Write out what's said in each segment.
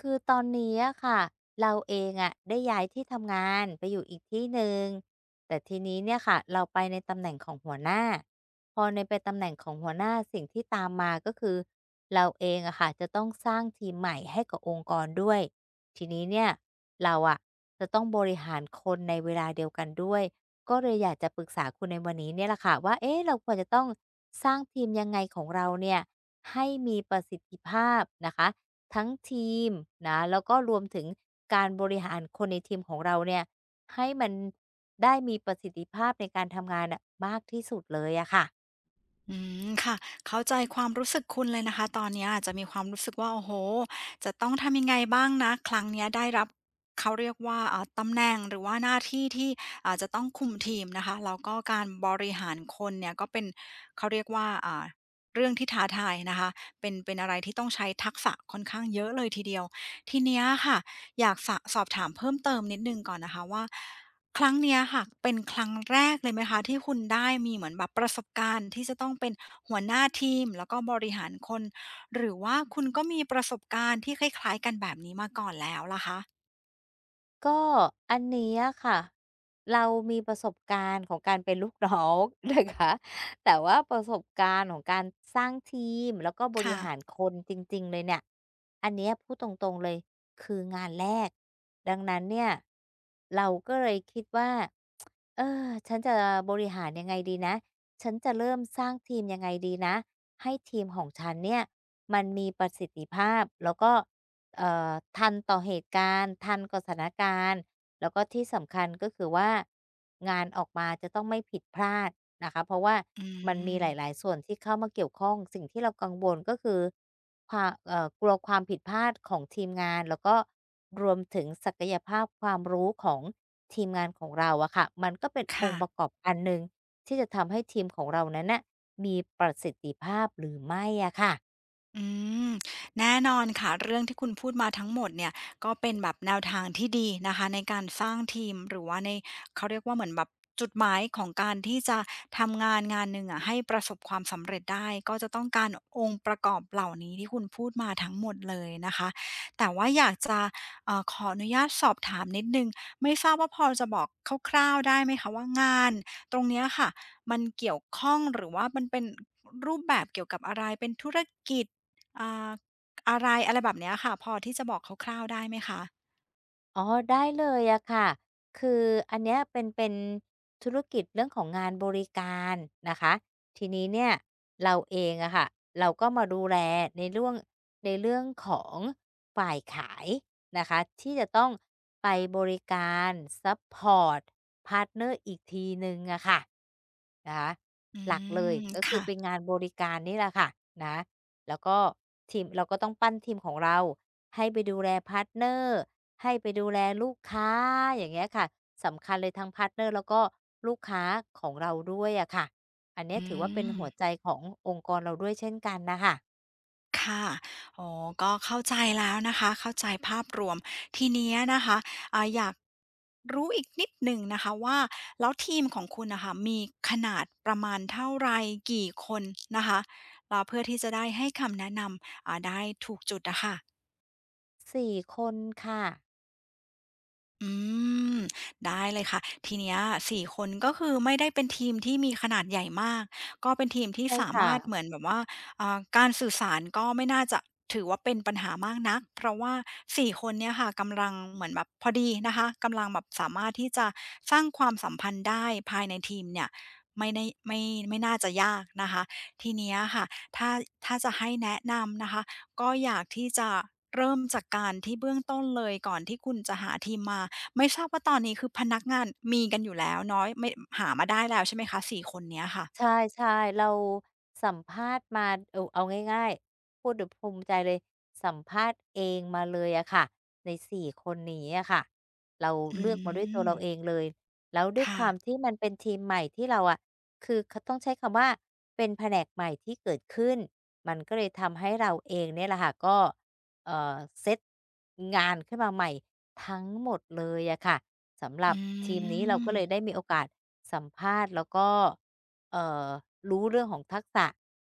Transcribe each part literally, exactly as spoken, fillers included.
คือตอนนี้อะค่ะเราเองอะได้ย้ายที่ทำงานไปอยู่อีกที่หนึ่งแต่ทีนี้เนี่ยค่ะเราไปในตำแหน่งของหัวหน้าพอในไปตำแหน่งของหัวหน้าสิ่งที่ตามมาก็คือเราเองอะค่ะจะต้องสร้างทีมใหม่ให้กับองค์กรด้วยทีนี้เนี่ยเราอะจะต้องบริหารคนในเวลาเดียวกันด้วยก็เลยอยากจะปรึกษาคุณในวันนี้เนี่ยแหละค่ะว่าเอ๊ะเราควรจะต้องสร้างทีมยังไงของเราเนี่ยให้มีประสิทธิภาพนะคะ ทั้งทีมนะแล้วก็รวมถึงการบริหารคนในทีมของเราเนี่ยให้มันได้มีประสิทธิภาพในการทำงานน่ะมากที่สุดเลยอะค่ะอืมค่ะเข้าใจความรู้สึกคุณเลยนะคะตอนเนี้ยอาจจะมีความรู้สึกว่าโอ้โหจะต้องทำยังไงบ้างนะครั้งเนี้ยได้รับเขาเรียกว่าเอ่อตำแหน่งหรือว่าหน้าที่ที่อาจจะต้องคุมทีมนะคะแล้วก็การบริหารคนเนี่ยก็เป็นเขาเรียกว่าอ่าเรื่องที่ท้าทายนะคะเป็นเป็นอะไรที่ต้องใช้ทักษะค่อนข้างเยอะเลยทีเดียวทีเนี้ยค่ะอยากสะสอบถามเพิ่มเติมนิดนึงก่อนนะคะว่า ครั้งเนี้ยค่ะเป็นครั้งแรกเลยไหมคะที่คุณได้มีเหมือนแบบประสบการณ์ที่จะต้องเป็นหัวหน้าทีมแล้วก็บริหารคนหรือว่าคุณก็มีประสบการณ์ที่คล้ายๆกันแบบนี้มาก่อนแล้วล่ะคะก็อันเนี้ยค่ะเรามีประสบการณ์ของการเป็นลูกน้อง นะคะแต่ว่าประสบการณ์ของการสร้างทีมแล้วก็บริค่ะหารคนจริงๆเลยเนี่ยอันเนี้ยพูดตรงๆเลยคืองานแรกดังนั้นเนี่ยเราก็เลยคิดว่า เออฉันจะบริหารยังไงดีนะ ฉันจะเริ่มสร้างทีมยังไงดีนะ ให้ทีมของฉันเนี่ยมันมีประสิทธิภาพ แล้วก็เอ่อทันต่อเหตุการณ์ ทันกับสถานการณ์ แล้วก็ที่สำคัญก็คือว่างานออกมาจะต้องไม่ผิดพลาดนะคะเพราะว่าอืมันมีหมลายๆส่วนที่เข้ามาเกี่ยวข้องสิ่งที่เรากังวลก็คือความเอ่อกลัวความผิดพลาดของทีมงานแล้วก็รวมถึงศักยภาพความรู้ของทีมงานของเราอะค่ะมันก็เป็นองค่ะ ค์ประกอบอันหนึ่งที่จะทำให้ทีมของเรานั้นน่ะมีประสิทธิภาพหรือไม่อะค่ะ อืมแน่นอนค่ะเรื่องที่คุณพูดมาทั้งหมดเนี่ยก็เป็นแบบแนวทางที่ดีนะคะในการสร้างทีมหรือว่าในเขาเรียกว่าเหมือนแบบจุดหมายของการที่จะทำงานงานหนึ่งอะให้ประสบความสำเร็จได้ก็จะต้องการองค์ประกอบเหล่านี้ที่คุณพูดมาทั้งหมดเลยนะคะแต่ว่าอยากจะเอ่อขออนุญาตสอบถามนิดนึงไม่ทราบว่าพอจะบอกคร่าวๆได้ไหมคะว่างานตรงเนี้ยค่ะมันเกี่ยวข้องหรือว่ามันเป็นรูปแบบเกี่ยวกับอะไรเป็นธุรกิจ อ่าอะไรอะไรแบบเนี้ยค่ะพอที่จะบอกคร่าวๆได้ไหมคะอ๋อได้เลยอะค่ะ คืออันเนี้ยเป็นเป็นธุรกิจเรื่องของงานบริการนะคะ ทีนี้เนี่ยเราเองอะค่ะเราก็มาดูแลในเรื่องในเรื่องของฝ่ายขายนะคะที่จะต้องไปบริการซัปพอร์ตพาร์ตเนอร์อีกทีหนึ่งอะค่ะนะคะอืหลักเลยมก็คือค่ะเป็นงานบริการนี่แหละค่ะนะแล้วก็ทีมเราก็ต้องปั้นทีมของเราให้ไปดูแลพาร์ตเนอร์ ให้ไปดูแลลูกค้าอย่างเงี้ยค่ะสำคัญเลยทั้งพาร์ตเนอร์แล้วก็ลูกค้าของเราด้วยอะค่ะอันเนี้ยอืถือว่าเป็นมหัวใจขององค์กรเราด้วยเช่นกันนะค่ะค่ะอ๋อก็เข้าใจแล้วนะคะเข้าใจภาพรวมทีเนี้ยนะคะอ่าอยากรู้อีกนิดหนึ่งนะคะว่าแล้วทีมของคุณน่ะค่ะมีขนาดประมาณเท่าไรกี่คนนะคะแล้วเพื่อที่จะได้ให้คำแนะนำอ่าได้ถูกจุดอะค่ะ สี่คนค่ะอืมได้เลยค่ะทีเนี้ยสี่คนก็คือไม่ได้เป็นทีมที่มีขนาดใหญ่มากก็เป็นทีมที่ใช่สาค่ะ มารถเหมือนแบบว่าอ่าการสื่อสารก็ไม่น่าจะถือว่าเป็นปัญหามากนักเพราะว่าสี่คนเนี่ยค่ะกำลังเหมือนแบบพอดีนะคะกำลังแบบสามารถที่จะสร้างความสัมพันธ์ได้ภายในทีมเนี่ยไม่ได้ไม่ไม่น่าจะยากนะคะทีเนี้ยค่ะถ้าถ้าจะให้แนะนำนะคะก็อยากที่จะเริ่มจากการที่เบื้องต้นเลยก่อนที่คุณจะหาทีมมา ไม่ทราบว่าตอนนี้คือพนักงานมีกันอยู่แล้วเนาะไม่หามาได้แล้วใช่ไหมคะสี่คนเนี้ยค่ะใช่ๆเราสัมภาษณ์มาเอ่อเอาง่ายๆพูดเดี๋ยวภูมิใจเลยสัมภาษณ์เองมาเลยอะค่ะในสี่คนนี้อะค่ะเราอืเลือกมาด้วยตัวมเราเองเลยแล้วด้วยคค่ะวามที่มันเป็นทีมใหม่ที่เราอะคือคต้องใช้คำว่าเป็นแผนกใหม่ที่เกิดขึ้นมันก็เลยทำให้เราเองเนี่ยแหละค่ะก็เอ่อเซตงานขึ้นมาใหม่ทั้งหมดเลยอะค่ะ สำหรับอืทีมนี้เราก็เลยได้มมีโอกาสสัมภาษณ์แล้วก็เอ่อรู้เรื่องของทักษะ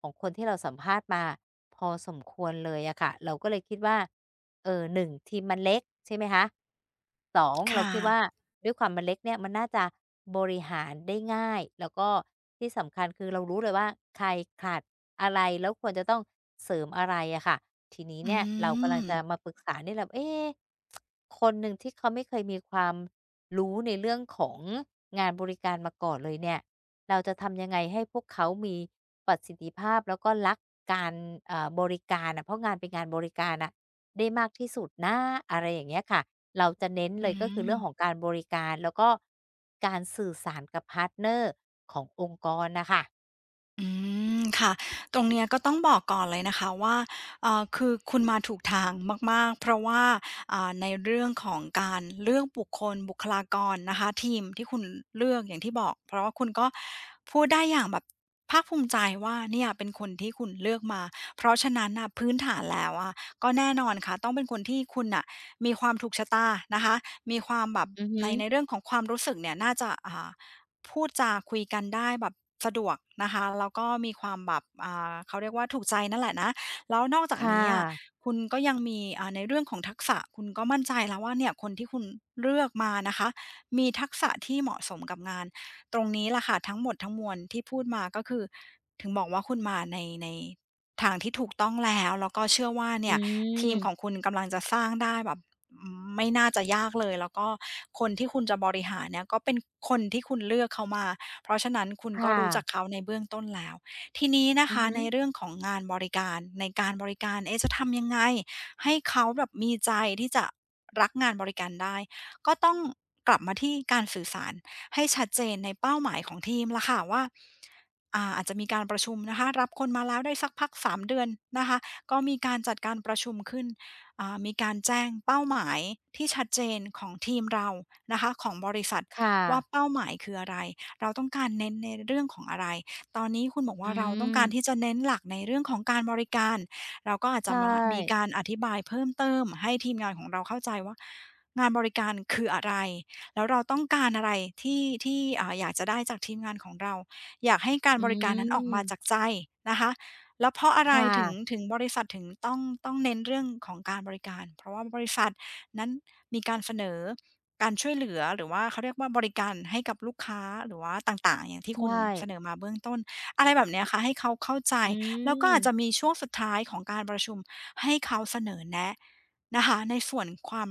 ของคนที่เราสัมภาษณ์มาพอสมควรเลยอะค่ะเราก็เลยคิดว่าเอ่อหนึ่งทีมมันเล็กใช่ไหมคะสองเราค่ะคิดว่าด้วยความมันเล็กเนี่ยมันน่าจะบริหารได้ง่ายแล้วก็ที่สำคัญคือเรารู้เลยว่าใครขาดอะไรแล้วควรจะต้องเสริมอะไรอะค่ะทีนี้อืเนี่ยเรากำลังมจะมาปรึกษานี่แหละเอ๊ะ คนหนึ่งที่เขาไม่เคยมีความรู้ในเรื่องของงานบริการมาก่อนเลยเนี่ยเราจะทำยังไงให้พวกเขามีประสิทธิภาพแล้วก็รักการเอ่อบริการน่ะเพราะงานเป็นงานบริการน่ะได้มากที่สุดนะอะไรอย่างเงี้ยค่ะเราจะเน้นเลอืยก็คือเรื่องของม การบริการแล้วก็การสื่อสารกับพาร์ตเนอร์ขององค์กรน่ะค่ะอืมค่ะตรงเนี้ยก็ต้องบอกก่อนเลยนะคะว่าเอ่อคือคุณมาถูกทางมากๆเพราะว่าอ่าในเรื่องของการเลือกบุคคลบุคลากรนะคะทีมที่คุณเลือกอย่างที่บอกเพราะว่าคุณก็พูดได้อย่างแบบภาคภูมิใจว่าเนี่ยเป็นคนที่คุณเลือกมาเพราะฉะนั้นน่ะพื้นฐานแล้วอะก็แน่นอนค่ะต้องเป็นคนที่คุณน่ะมีความถูกชะตานะคะมีความแบบอือฮึในในเรื่องของความรู้สึกเนี่ยน่าจะอ่า พูดจาคุยกันได้แบบสะดวกนะคะแล้วก็มีความแบบอ่าเขาเรียกว่าถูกใจนั่นแหละนะแล้วนอกจากค่ะนี้อะคุณก็ยังมีอ่าในเรื่องของทักษะคุณก็มั่นใจแล้วว่าเนี่ยคนที่คุณเลือกมานะคะมีทักษะที่เหมาะสมกับงานตรงนี้ล่ะค่ะทั้งหมดทั้งมวลที่พูดมาก็คือถึงบอกว่าคุณมาในในทางที่ถูกต้องแล้วแล้วก็เชื่อว่าอืเนี่ยทีมของมคุณกำลังจะสร้างได้แบบ ไม่น่าจะยากเลยแล้วก็คนที่คุณจะบริหารเนี่ยก็เป็นคนที่คุณเลือกเขามาเพราะฉะนั้นคุณก็ค่ะรู้จักเขาในเบื้องต้นแล้วทีนี้นะอือคะฮึในเรื่องของงานบริการในการบริการเอ๊ะจะทำยังไงให้เขาแบบมีใจที่จะรักงานบริการได้ก็ต้องกลับมาที่การสื่อสารให้ชัดเจนในเป้าหมายของทีมล่ะค่ะว่าอ่าอาจจะมีการประชุมนะคะรับคนมาแล้วได้สักพักสามเดือนนะคะก็มีการจัดการประชุมขึ้น อ่ามีการแจ้งเป้าหมายที่ชัดเจนของทีมเรานะคะของบริษัทค่ะว่าเป้าหมายคืออะไรเราต้องการเน้นในเรื่องของอะไรตอนนี้คุณบอกอืว่าเราต้องการที่มจะเน้นหลักในเรื่องของการบริการเราก็อาจจะใช่ มามีการอธิบายเพิ่มเติมให้ทีมงานของเราเข้าใจว่างานบริการคืออะไรแล้วเราต้องการอะไรที่ที่อาอยากจะได้จากทีมงานของเราอยากให้การอืบริการนั้นออกมาจากมใจนะคะ แล้วเพราะอะไรค่ถึงะถึงบริษัทถึงต้องต้องเน้นเรื่องของการบริการเพราะว่าบริษัทนั้นมีการเสนอการช่วยเหลือหรือว่าเขาเรียกว่าบริการให้กับลูกค้าหรือว่าต่างๆอย่างที่ใชคุณ่เสนอมาเบื้องต้นอะไรแบบเนี้ยค่ะให้เขาเข้าใจอืแล้วก็อาจจะมมีช่วงสุดท้ายของการประชุมให้เขาเสนอแนะนะคะในส่วนความ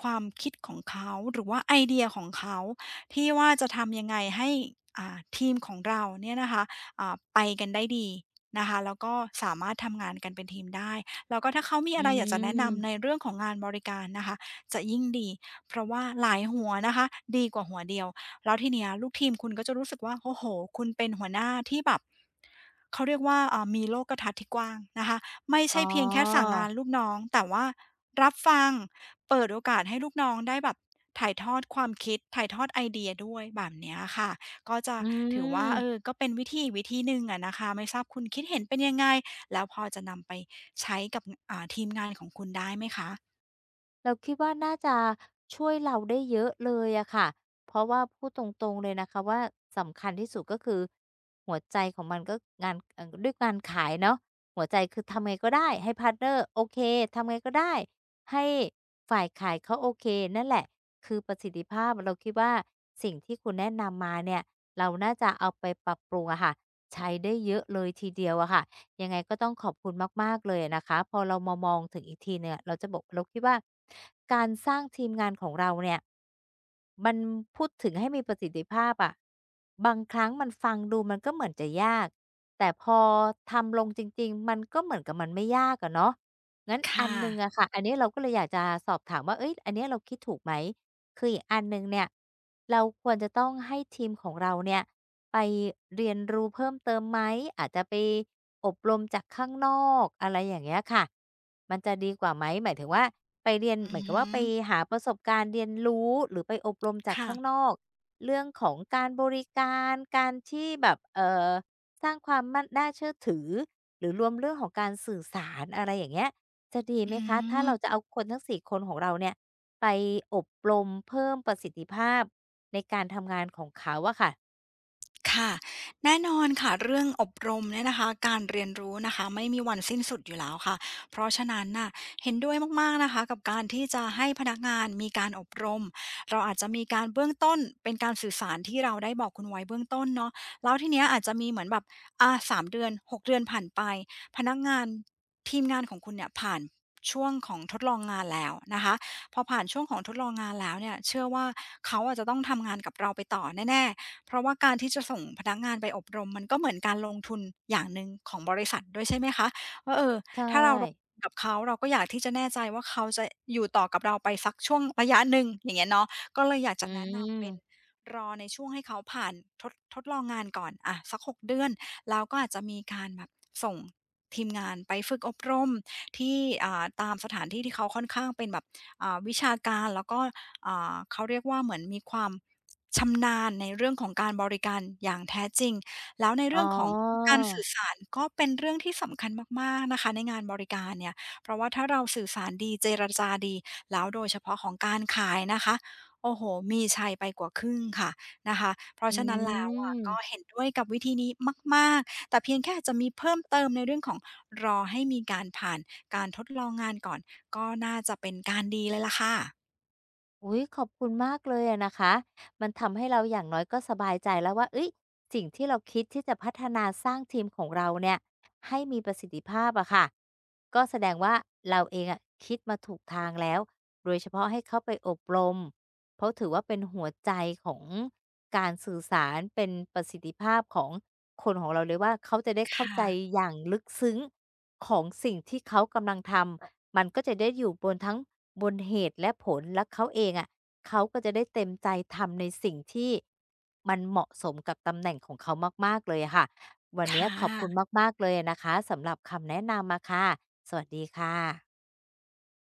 ความคิดของเขาหรือว่าไอเดียของเขาที่ว่าจะทำยังไงให้อ่าทีมของเราเนี่ยนะคะอ่าไปกันได้ดี นะคะแล้วก็สามารถทำงานกันเป็นทีมได้แล้วก็ถ้าเขามีอือะไรอยากจะแนะนำในมเรื่องของงานบริการนะคะจะยิ่งดีเพราะว่าหลายหัวนะคะดีกว่าหัวเดียวแล้วทีเนี้ยลูกทีมคุณก็จะรู้สึกว่าโอ้โหคุณเป็นหัวหน้าที่แบบเขาเรียกว่าเอ่อมีโลกทัศน์ที่กว้างนะคะไม่อ๋อใช่เพียงแค่สั่งงานลูกน้องแต่ว่ารับฟังเปิดโอกาสให้ลูกน้องได้แบบถ่ายทอดความคิดถ่ายทอดไอเดียด้วยแบบเนี้ยค่ะ ก็จะอืถือว่าม เออ ก็เป็นวิธีอีกวิธีหนึ่งอะนะคะ ไม่ทราบคุณคิดเห็นเป็นยังไง แล้วพอจะนำไปใช้กับอ่าทีมงานของคุณได้ไหมคะ เราคิดว่าน่าจะช่วยเราได้เยอะเลยอะค่ะ เพราะว่าพูดตรงๆเลยนะคะว่าสำคัญที่สุดก็คือหัวใจของมันก็งานเอ่อด้วยการขายเนาะหัวใจคือทำไงก็ได้ให้พาร์ทเนอร์โอเคทำไงก็ได้ให้ฝ่ายขายเขาโอเคนั่นแหละคือประสิทธิภาพเราคิดว่าสิ่งที่คุณแนะนำมาเนี่ยเราน่าจะเอาไปปรับปรุงอะค่ะใช้ได้เยอะเลยทีเดียวอะค่ะ ยังไงก็ต้องขอบคุณมากๆเลยนะคะพอเรามามองถึงอีกทีเนี่ยเราจะบอกเราคิดว่าการสร้างทีมงานของเราเนี่ยมันพูดถึงให้มีประสิทธิภาพอะบางครั้งมันฟังดูมันก็เหมือนจะยากแต่พอทำลงจริงๆมันก็เหมือนกับมันไม่ยากอะเนาะงั้นอันค่ะ หนึ่งอะค่ะอันนี้เราก็เลยอยากจะสอบถามว่าเฮ้ยอันเนี้ยเราคิดถูกไหม คืออีกอันหนึ่งเนี่ยเราควรจะต้องให้ทีมของเราเนี่ยไปเรียนรู้เพิ่มเติมไหมอาจจะไปอบรมจากข้างนอกอะไรอย่างเงี้ยค่ะมันจะดีกว่าไหมหมายถึงว่าไปเรียนอืเหอมือนกับฮึว่าไปหาประสบการณ์เรียนรู้หรือไปอบรมจากค่ะ ข้างนอกเรื่องของการบริการการที่แบบเอ่อสร้างความมั่นน่าเชื่อถือหรือรวมเรื่องของการสื่อสารอะไรอย่างเงี้ยจะดีไหมอืคะถ้าม เราจะเอาคนทั้งสี่คนของเราเนี่ย ไปอบรมเพิ่มประสิทธิภาพในการทำงานของเขาอะค่ะค่ะแน่นอนค่ะเรื่องอบรมเนี่ยนะคะการเรียนรู้นะคะไม่มีวันสิ้นสุดอยู่แล้วค่ะเพราะฉะนั้นน่ะเห็นด้วยมากๆนะคะกับการที่จะให้พนักงานมีการอบรมเราอาจจะมีการเบื้องต้นเป็นการสื่อสารที่เราได้บอกคุณไว้เบื้องต้นเนาะแล้วทีเนี้ยอาจจะมีเหมือนแบบอาสามเดือนหกเดือนผ่านไปพนักงานทีมงานของคุณเนี่ยผ่านช่วงของทดลองงานแล้วนะคะพอผ่านช่วงของทดลองงานแล้วเนี่ยเชื่อว่าเขาอะจะต้องทำงานกับเราไปต่อแน่ๆ เพราะว่าการที่จะส่งพนักงานไปอบรมมันก็เหมือนการลงทุนอย่างหนึ่งของบริษัทด้วยใช่ไหมคะว่าเออใช่ถ้าเราลงทุนกับเขาเราก็อยากที่จะแน่ใจว่าเขาจะอยู่ต่อกับเราไปสักช่วงระยะหนึ่งอย่างเงี้ยเนาะ จะอืแนะนำเป็นมรอในช่วงให้เขาผ่านทดทดลองงานก่อนอะสักหกเดือนแล้วก็อาจจะมีการแบบส่งทีมงานไปฝึกอบรมที่อ่าตามสถานที่ที่เขาค่อนข้างเป็นแบบอ่าวิชาการแล้วก็อ่าเขาเรียกว่าเหมือนมีความชำนาญในเรื่องของการบริการอย่างแท้จริงแล้วในอ๋อเรื่องของการสื่อสารก็เป็นเรื่องที่สำคัญมากๆนะคะในงานบริการเนี่ยเพราะว่าถ้าเราสื่อสารดีเจรจาดีแล้วโดยเฉพาะของการขายนะคะ โอ้โฮมีชัยไปกว่าครึ่งค่ะนะคะเพราะอืฉะนั้นแล้วอะก็ม เห็นด้วยกับวิธีนี้มากๆแต่เพียงแค่อาจจะมีเพิ่มเติมในเรื่องของรอให้มีการผ่านการทดลองงานก่อน ก็น่าจะเป็นการดีเลยล่ะค่ะ อุ๊ยขอบคุณมากเลยอะนะคะมันทำให้เราอย่างน้อยก็สบายใจแล้วว่าเอ้ยสิ่งที่เราคิดที่จะพัฒนาสร้างทีมของเราเนี่ยให้มีประสิทธิภาพอะค่ะก็แสดงว่าเราเองอะคิดมาถูกทางแล้วโดยเฉพาะให้เขาไปอบรมเพราะถือว่าเป็นหัวใจของการสื่อสารเป็นประสิทธิภาพของคนของเราเลยว่าเขาจะได้คเข้าใจ่ะ อย่างลึกซึ้งของสิ่งที่เขากำลังทำ มันก็จะได้อยู่บนทั้งบนเหตุและผลและเขาเองอะเขาก็จะได้เต็มใจทำในสิ่งที่มันเหมาะสมกับตำแหน่งของเขามากๆเลยอะค่ะวันเนี้ยค่ขอบคุณะมากๆเลยอะนะคะสำหรับคำแนะนำอะค่ะสวัสดีค่ะ